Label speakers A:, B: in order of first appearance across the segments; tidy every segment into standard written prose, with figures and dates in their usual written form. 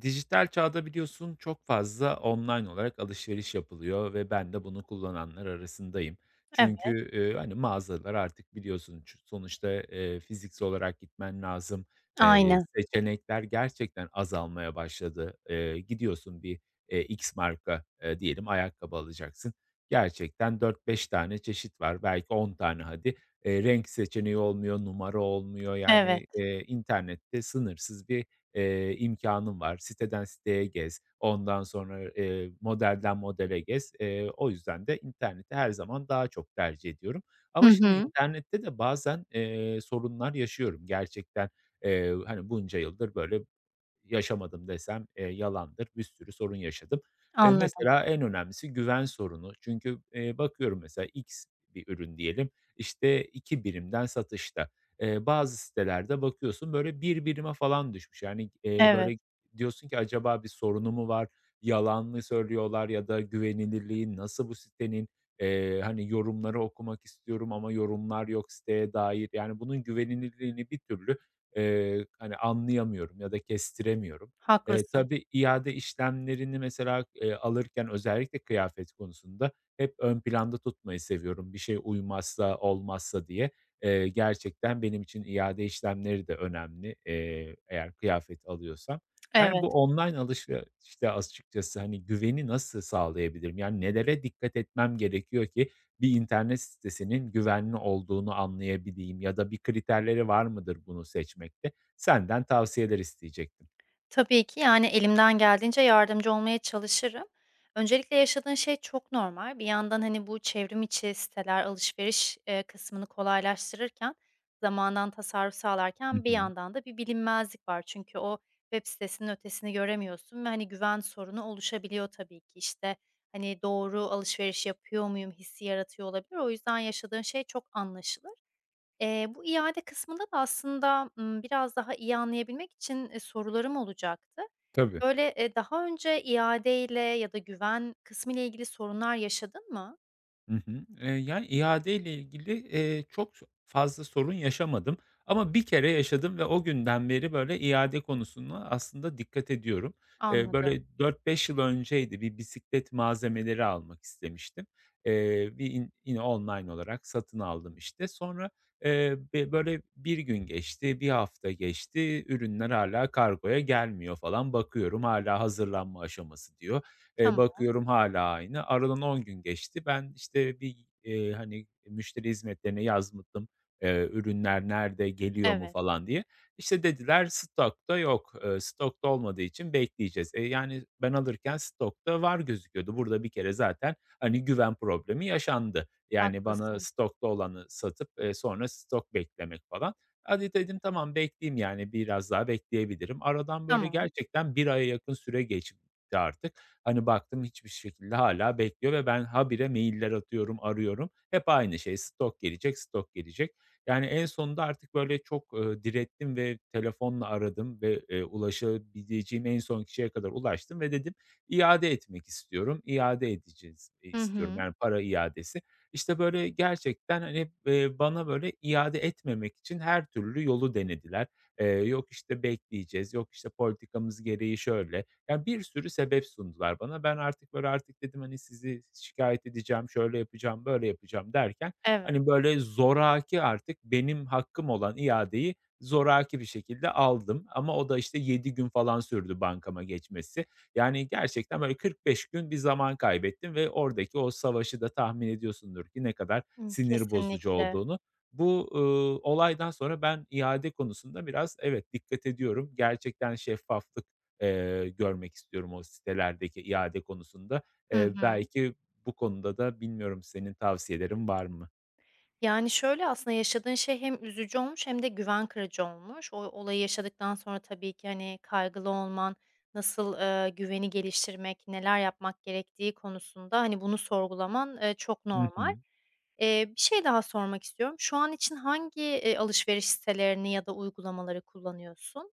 A: Dijital çağda biliyorsun çok fazla online olarak alışveriş yapılıyor ve ben de bunu kullananlar arasındayım.
B: Evet,
A: Çünkü, hani, mağazalar artık biliyorsun sonuçta, fiziksel olarak gitmen lazım. Eee,
B: aynen.
A: seçenekler gerçekten azalmaya başladı. Gidiyorsun bir, X marka, diyelim ayakkabı alacaksın. Gerçekten dört beş tane çeşit var, belki 10 tane hadi. Renk seçeneği olmuyor, numara olmuyor. Yani,
B: Evet.
A: internette sınırsız bir imkânın var. Siteden siteye gez, ondan sonra, modelden modele gez. O yüzden de interneti her zaman daha çok tercih ediyorum.
B: Hı
A: Ama şimdi
B: hı,
A: internette de bazen, sorunlar yaşıyorum gerçekten. Hani, bunca yıldır böyle yaşamadım desem, yalandır. Bir sürü sorun yaşadım. Eee,
B: anladım.
A: mesela en önemlisi güven sorunu. Çünkü, bakıyorum mesela X bir ürün diyelim, işte, 2 birimden satışta. Bazı sitelerde bakıyorsun, böyle, bir birime falan düşmüş. Yani,
B: Evet,
A: böyle, diyorsun ki acaba bir sorunu mu var, yalan mı söylüyorlar ya da güvenilirliği nasıl bu sitenin? Hani, yorumları okumak istiyorum ama yorumlar yok siteye dair. Yani, bunun güvenilirliğini bir türlü hani, anlayamıyorum ya da kestiremiyorum. Eee,
B: haklısın.
A: tabii iade işlemlerini mesela, alırken özellikle kıyafet konusunda hep ön planda tutmayı seviyorum. Bir şey uymazsa, olmazsa diye. Gerçekten benim için iade işlemleri de önemli, eğer kıyafet alıyorsam. Yani
B: Evet.
A: bu online alışverişte açıkçası, hani, güveni nasıl sağlayabilirim? Yani nelere dikkat etmem gerekiyor ki bir internet sitesinin güvenli olduğunu anlayabileyim ya da bir kriterleri var mıdır bunu seçmekte? Senden tavsiyeler isteyecektim.
B: Tabii ki, yani, elimden geldiğince yardımcı olmaya çalışırım. Öncelikle yaşadığın şey çok normal. Bir yandan, hani, bu çevrim içi siteler alışveriş, kısmını kolaylaştırırken, zamandan tasarruf
A: Hı
B: sağlarken bir
A: hı.
B: yandan da bir bilinmezlik var. Çünkü o web sitesinin ötesini göremiyorsun ve, hani, güven sorunu oluşabiliyor tabii ki. İşte, hani, doğru alışveriş yapıyor muyum hissi yaratıyor olabilir. O yüzden yaşadığın şey çok anlaşılır. Bu iade kısmında da aslında, biraz daha iyi anlayabilmek için, sorularım olacaktı.
A: Tabii.
B: Böyle, daha önce iadeyle ya da güven kısmıyla ilgili sorunlar yaşadın mı?
A: Hı hı. Yani, iadeyle ilgili, çok fazla sorun yaşamadım ama bir kere yaşadım ve o günden beri, böyle, iade konusuna aslında dikkat ediyorum. Eee,
B: Anladım.
A: böyle, dört beş yıl önceydi, bir bisiklet malzemeleri almak istemiştim. Bir in yine online olarak satın aldım, işte. Sonra, be böyle, bir gün geçti, bir hafta geçti, ürünler hala kargoya gelmiyor falan. Bakıyorum hala hazırlanma aşaması diyor. Eee,
B: Tamam.
A: bakıyorum hala aynı. Aradan 10 gün geçti. Ben, işte, bir, hani, müşteri hizmetlerine yazdım, ürünler nerede, geliyor mu
B: Evet,
A: falan diye. İşte, dediler stokta yok. Stokta olmadığı için bekleyeceğiz. E, yani, ben alırken stokta var gözüküyordu. Burada bir kere zaten, hani, güven problemi yaşandı. Yani, bana
B: haklısın.
A: stokta olanı satıp, sonra stok beklemek falan. Hadi dedim, tamam bekleyeyim, yani, biraz daha bekleyebilirim. Aradan böyle
B: Tamam.
A: gerçekten bir aya yakın süre geçti artık. Hani, baktım hiçbir şekilde hala bekliyor ve ben habire mailler atıyorum, arıyorum. Hep aynı şey, stok gelecek, stok gelecek. Yani, en sonunda artık, böyle, çok, direttim ve telefonla aradım ve, ulaşabileceğim en son kişiye kadar ulaştım ve dedim, iade etmek istiyorum, iade edeceğiz."
B: Hı
A: İstiyorum,
B: hı.
A: yani, para iadesi. İşte, böyle, gerçekten, hani, bana, böyle, iade etmemek için her türlü yolu denediler. Yok, işte, bekleyeceğiz, yok, işte, politikamız gereği şöyle, ya, bir sürü sebep sundular bana. Ben artık, böyle, artık dedim, hani, sizi şikayet edeceğim, şöyle yapacağım, böyle yapacağım derken,
B: Evet.
A: hani, böyle, zoraki artık benim hakkım olan iadeyi zoraki bir şekilde aldım ama o da, işte, 7 gün falan sürdü bankama geçmesi. Yani, gerçekten, böyle, 45 gün bir zaman kaybettim ve oradaki o savaşı da tahmin ediyorsundur ki ne kadar sinir bozucu
B: Kesinlikle.
A: olduğunu. Bu, olaydan sonra ben iade konusunda biraz evet, dikkat ediyorum. Gerçekten şeffaflık görmek istiyorum o sitelerdeki iade konusunda.
B: Hı
A: Eee,
B: hı.
A: belki bu konuda da bilmiyorum senin tavsiyelerin var mı?
B: Yani, şöyle aslında yaşadığın şey hem üzücü olmuş hem de güven kırıcı olmuş. O olayı yaşadıktan sonra tabii ki, hani, kaygılı olman, nasıl, güveni geliştirmek, neler yapmak gerektiği konusunda, hani, bunu sorgulaman, çok
A: Hı
B: normal.
A: hı.
B: Bir şey daha sormak istiyorum. Şu an için hangi, alışveriş sitelerini ya da uygulamaları kullanıyorsun?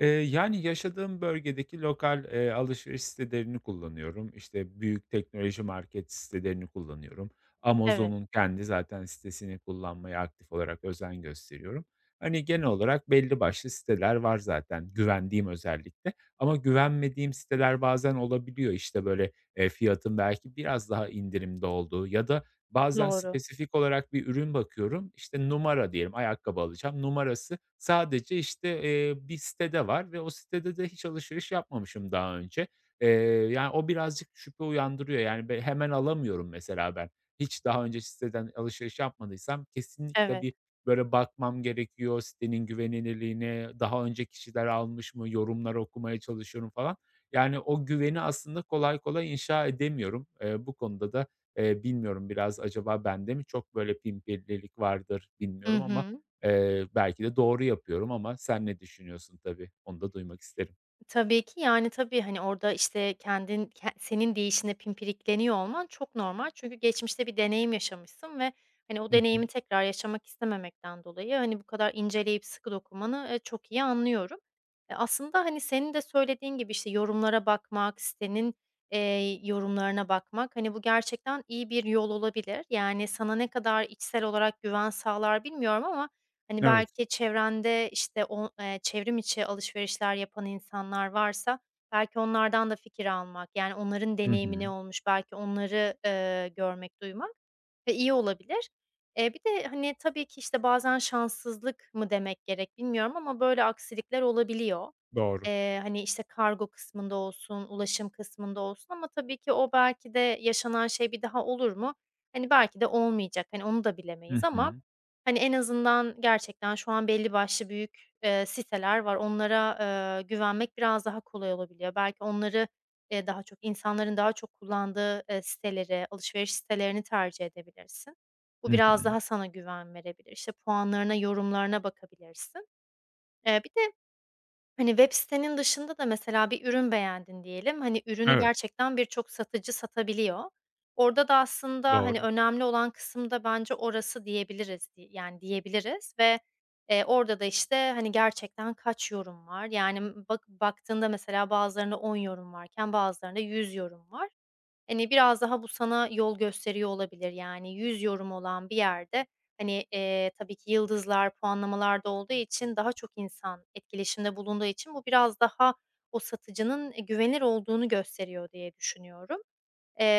A: Yani, yaşadığım bölgedeki lokal, alışveriş sitelerini kullanıyorum. İşte, büyük teknoloji market sitelerini kullanıyorum.
B: Evet,
A: Amazon'un kendi zaten sitesini kullanmaya aktif olarak özen gösteriyorum. Hani, genel olarak belli başlı siteler var zaten güvendiğim özellikle ama güvenmediğim siteler bazen olabiliyor. İşte, böyle, fiyatın belki biraz daha indirimde olduğu ya da bazen
B: doğru.
A: spesifik olarak bir ürün bakıyorum. İşte numara diyelim, ayakkabı alacağım. Numarası sadece, işte, bir sitede var ve o sitede de hiç alışveriş yapmamışım daha önce. Eee, yani, o birazcık şüphe uyandırıyor. Yani, hemen alamıyorum mesela ben. Hiç daha önce siteden alışveriş yapmadıysam kesinlikle
B: Evet.
A: bir, böyle, bakmam gerekiyor sitenin güvenilirliğine, daha önce kişiler almış mı, yorumları okumaya çalışıyorum falan. Yani, o güveni aslında kolay kolay inşa edemiyorum. Bu konuda da bilmiyorum biraz acaba bende mi çok böyle pimpirlilik vardır
B: Hı
A: bilmiyorum ama,
B: hı.
A: belki de doğru yapıyorum ama sen ne düşünüyorsun tabii, onu da duymak isterim.
B: Tabii ki. Yani, tabii, hani, orada, işte, kendin senin deyişinle pimpirikleniyor olman çok normal. Çünkü geçmişte bir deneyim yaşamışsın ve, hani, o
A: Hı hı.
B: deneyimi tekrar yaşamak istememekten dolayı, hani, bu kadar inceleyip sıkı dokumanı, çok iyi anlıyorum. E, aslında, hani, senin de söylediğin gibi, işte, yorumlara bakmak, sitenin, yorumlarına bakmak, hani, bu gerçekten iyi bir yol olabilir. Yani, sana ne kadar içsel olarak güven sağlar bilmiyorum ama hani,
A: Evet.
B: belki çevrende, işte, o çevrim içi alışverişler yapan insanlar varsa belki onlardan da fikir almak, yani, onların
A: Hı
B: deneyimi ne
A: hı.
B: olmuş, belki onları, görmek, duymak ve iyi olabilir. Bir de, hani, tabii ki, işte, bazen şanssızlık mı demek gerek bilmiyorum ama böyle aksilikler olabiliyor.
A: Doğru.
B: Hani, işte, kargo kısmında olsun, ulaşım kısmında olsun ama tabii ki o belki de yaşanan şey bir daha olur mu? Hani, belki de olmayacak. Hani, onu da bilemeyiz
A: Hı
B: ama
A: hı.
B: hani, en azından gerçekten şu an belli başlı büyük, siteler var. Onlara, güvenmek biraz daha kolay olabiliyor. Belki onları, daha çok insanların daha çok kullandığı, siteleri, alışveriş sitelerini tercih edebilirsin. Bu
A: Hı
B: biraz
A: hı.
B: daha sana güven verebilir. İşte, puanlarına, yorumlarına bakabilirsin. Bir de hani, web sitenin dışında da mesela bir ürün beğendin diyelim. Hani, ürünü
A: Evet,
B: gerçekten birçok satıcı satabiliyor. Orada da aslında, hani,
A: doğru.
B: önemli olan kısım da bence orası diyebiliriz di yani, diyebiliriz ve, orada da, işte, hani, gerçekten kaç yorum var? Yani, baktığında mesela bazılarında 10 yorum varken bazılarında 100 yorum var. Hani, biraz daha bu sana yol gösteriyor olabilir. Yani 100 yorum olan bir yerde, hani, tabii ki yıldızlar, puanlamalar da olduğu için daha çok insan etkileşimde bulunduğu için bu biraz daha o satıcının, güvenilir olduğunu gösteriyor diye düşünüyorum.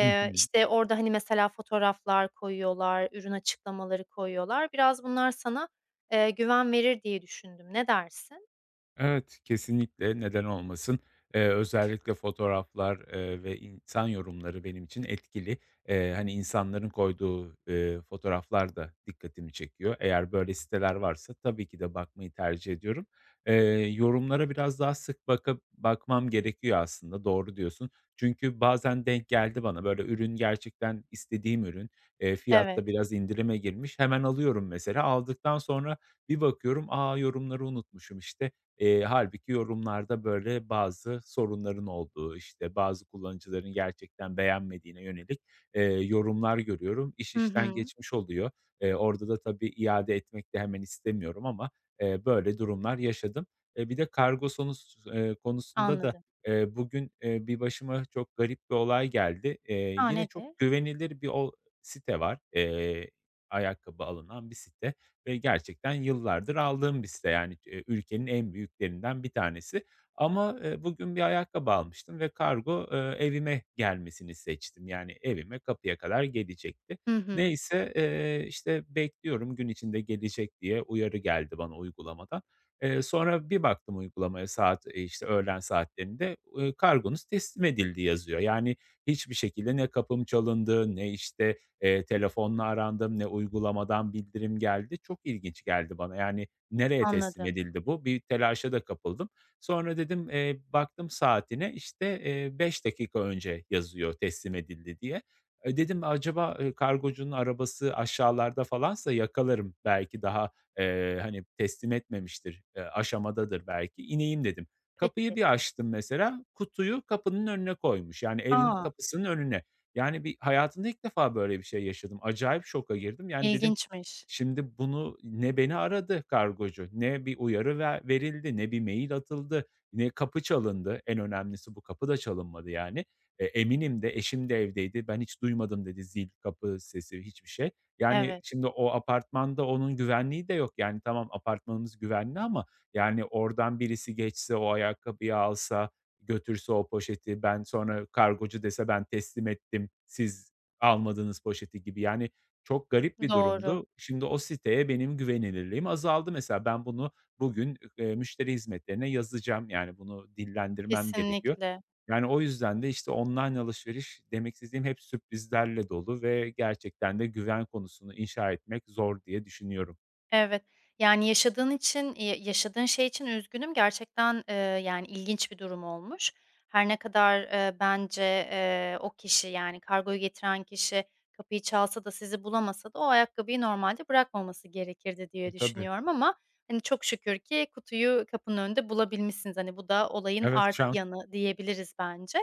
A: Hı hı.
B: İşte, orada, hani, mesela fotoğraflar koyuyorlar, ürün açıklamaları koyuyorlar. Biraz bunlar sana, güven verir diye düşündüm. Ne dersin?
A: Evet, kesinlikle, neden olmasın. Özellikle fotoğraflar, ve insan yorumları benim için etkili. Hani, insanların koyduğu, fotoğraflar da dikkatimi çekiyor. Eğer böyle siteler varsa tabii ki de bakmayı tercih ediyorum. Eee, yorumlara biraz daha sık bakıp bakmam gerekiyor aslında, doğru diyorsun. Çünkü bazen denk geldi bana, böyle, ürün gerçekten istediğim ürün, fiyatta
B: Evet.
A: biraz indirime girmiş. Hemen alıyorum mesela. Aldıktan sonra bir bakıyorum, "A, yorumları unutmuşum, işte, hâlbuki yorumlarda, böyle, bazı sorunların olduğu, işte, bazı kullanıcıların gerçekten beğenmediğine yönelik, yorumlar görüyorum. İş
B: Hı
A: işten
B: hı.
A: geçmiş oluyor. Orada da tabii iade etmek de hemen istemiyorum ama, böyle durumlar yaşadım. Bir de kargo sonus konusunda da,
B: Anladım.
A: bugün, bir başıma çok garip bir olay geldi. Eee,
B: A,
A: yine çok
B: nedir?
A: güvenilir bir site var. Ayakkabı alınan bir site ve gerçekten yıllardır aldığım bir site. Yani, ülkenin en büyüklerinden bir tanesi ama, bugün bir ayakkabı almıştım ve kargo, evime gelmesini seçtim. Yani, evime, kapıya kadar gelecekti.
B: Hı hı.
A: Neyse, işte, bekliyorum gün içinde gelecek diye uyarı geldi bana uygulamadan. Sonra bir baktım uygulamaya saat, işte, öğlen saatlerinde, "Kargonuz teslim edildi." yazıyor. Yani, hiçbir şekilde ne kapım çalındı ne, işte, telefonla arandım, ne uygulamadan bildirim geldi. Çok ilginç geldi bana. Yani, nereye teslim
B: Anladım.
A: edildi bu? Bir telaşa da kapıldım. Sonra dedim, baktım saatine, işte, 5 dakika önce yazıyor teslim edildi diye. E, dedim acaba, kargocunun arabası aşağılarda falansa yakalarım. Belki daha, hani, teslim etmemiştir, aşamadadır belki. İneyim dedim. Kapıyı
B: Peki.
A: bir açtım mesela, kutuyu kapının önüne koymuş. Yani, evin
B: Aa.
A: kapısının önüne. Yani, bir hayatımda ilk defa böyle bir şey yaşadım. Acayip şoka girdim. Yani, dedim,
B: İlginçmiş.
A: şimdi bunu ne beni aradı kargocu, ne bir uyarı verildi, ne bir mail atıldı, ne kapı çalındı. En önemlisi bu, kapı da çalınmadı, yani. E, eminim de eşim de evdeydi. Ben hiç duymadım dedi zil, kapı sesi, hiçbir şey. Yani,
B: Evet,
A: şimdi o apartmanda onun güvenliği de yok. Yani, tamam apartmanımız güvenli ama, yani, oradan birisi geçse, o ayakkabıyı alsa, götürse o poşeti, ben sonra kargocu dese ben teslim ettim, siz almadınız poşeti gibi. Yani çok garip bir
B: doğru.
A: durumdu. Şimdi o siteye benim güvenilirliğim azaldı mesela. Ben bunu bugün, müşteri hizmetlerine yazacağım. Yani bunu dillendirmem gerekiyor.
B: Kesinlikle.
A: Yani o yüzden de, işte, online alışveriş demek istediğim hep sürprizlerle dolu ve gerçekten de güven konusunu inşa etmek zor diye düşünüyorum.
B: Evet. Yani, yaşadığın için, yaşadığın şey için üzgünüm. Gerçekten, yani, ilginç bir durum olmuş. Her ne kadar, bence, o kişi, yani, kargoyu getiren kişi kapıyı çalsa da sizi bulamasa da o ayakkabıyı normalde bırakmaması gerekirdi diye
A: E, tabii.
B: düşünüyorum ama, hani, çok şükür ki kutuyu kapının önünde bulabilmişsiniz. Hani, bu da olayın
A: Evet,
B: artı
A: şans
B: yanı diyebiliriz bence.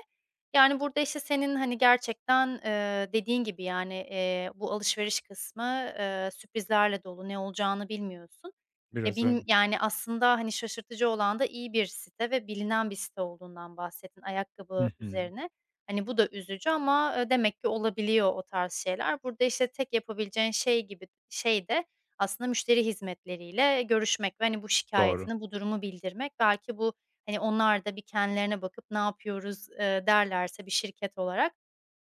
B: Yani, burada, işte, senin, hani, gerçekten, dediğin gibi, yani, bu alışveriş kısmı, sürprizlerle dolu, ne olacağını bilmiyorsun. E,
A: biraz
B: bilm
A: öyle.
B: yani, aslında, hani, şaşırtıcı olan da iyi bir site ve bilinen bir site olduğundan bahsettin ayakkabı
A: Hı hı.
B: üzerine. Hani, bu da üzücü ama, demek ki olabiliyor o tarz şeyler. Burada, işte, tek yapabileceğin şey gibi şey de aslında müşteri hizmetleriyle görüşmek ve, hani, bu
A: Doğru.
B: şikayetini bu durumu bildirmek. Belki bu hani, onlar da bir kendilerine bakıp ne yapıyoruz, derlerse bir şirket olarak,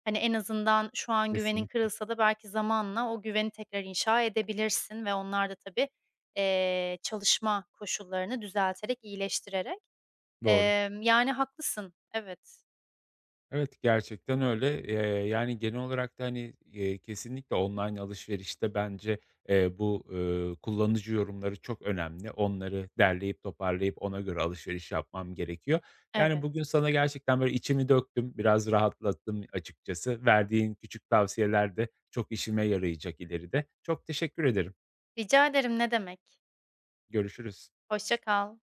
B: hani, en azından şu an güvenin
A: Kesinlikle,
B: kırılsa da belki zamanla o güveni tekrar inşa edebilirsin ve onlar da tabii, çalışma koşullarını düzelterek, iyileştirerek.
A: doğru.
B: Yani haklısın. Evet,
A: Evet, gerçekten öyle. Yani, genel olarak da, hani, kesinlikle online alışverişte bence, bu, kullanıcı yorumları çok önemli. Onları derleyip toparlayıp ona göre alışveriş yapmam gerekiyor. Yani,
B: evet.
A: bugün sana gerçekten böyle içimi döktüm, biraz rahatlattım açıkçası. Verdiğin küçük tavsiyeler de çok işime yarayacak ileride. Çok teşekkür ederim.
B: Rica ederim, ne demek.
A: Görüşürüz.
B: Hoşça kal.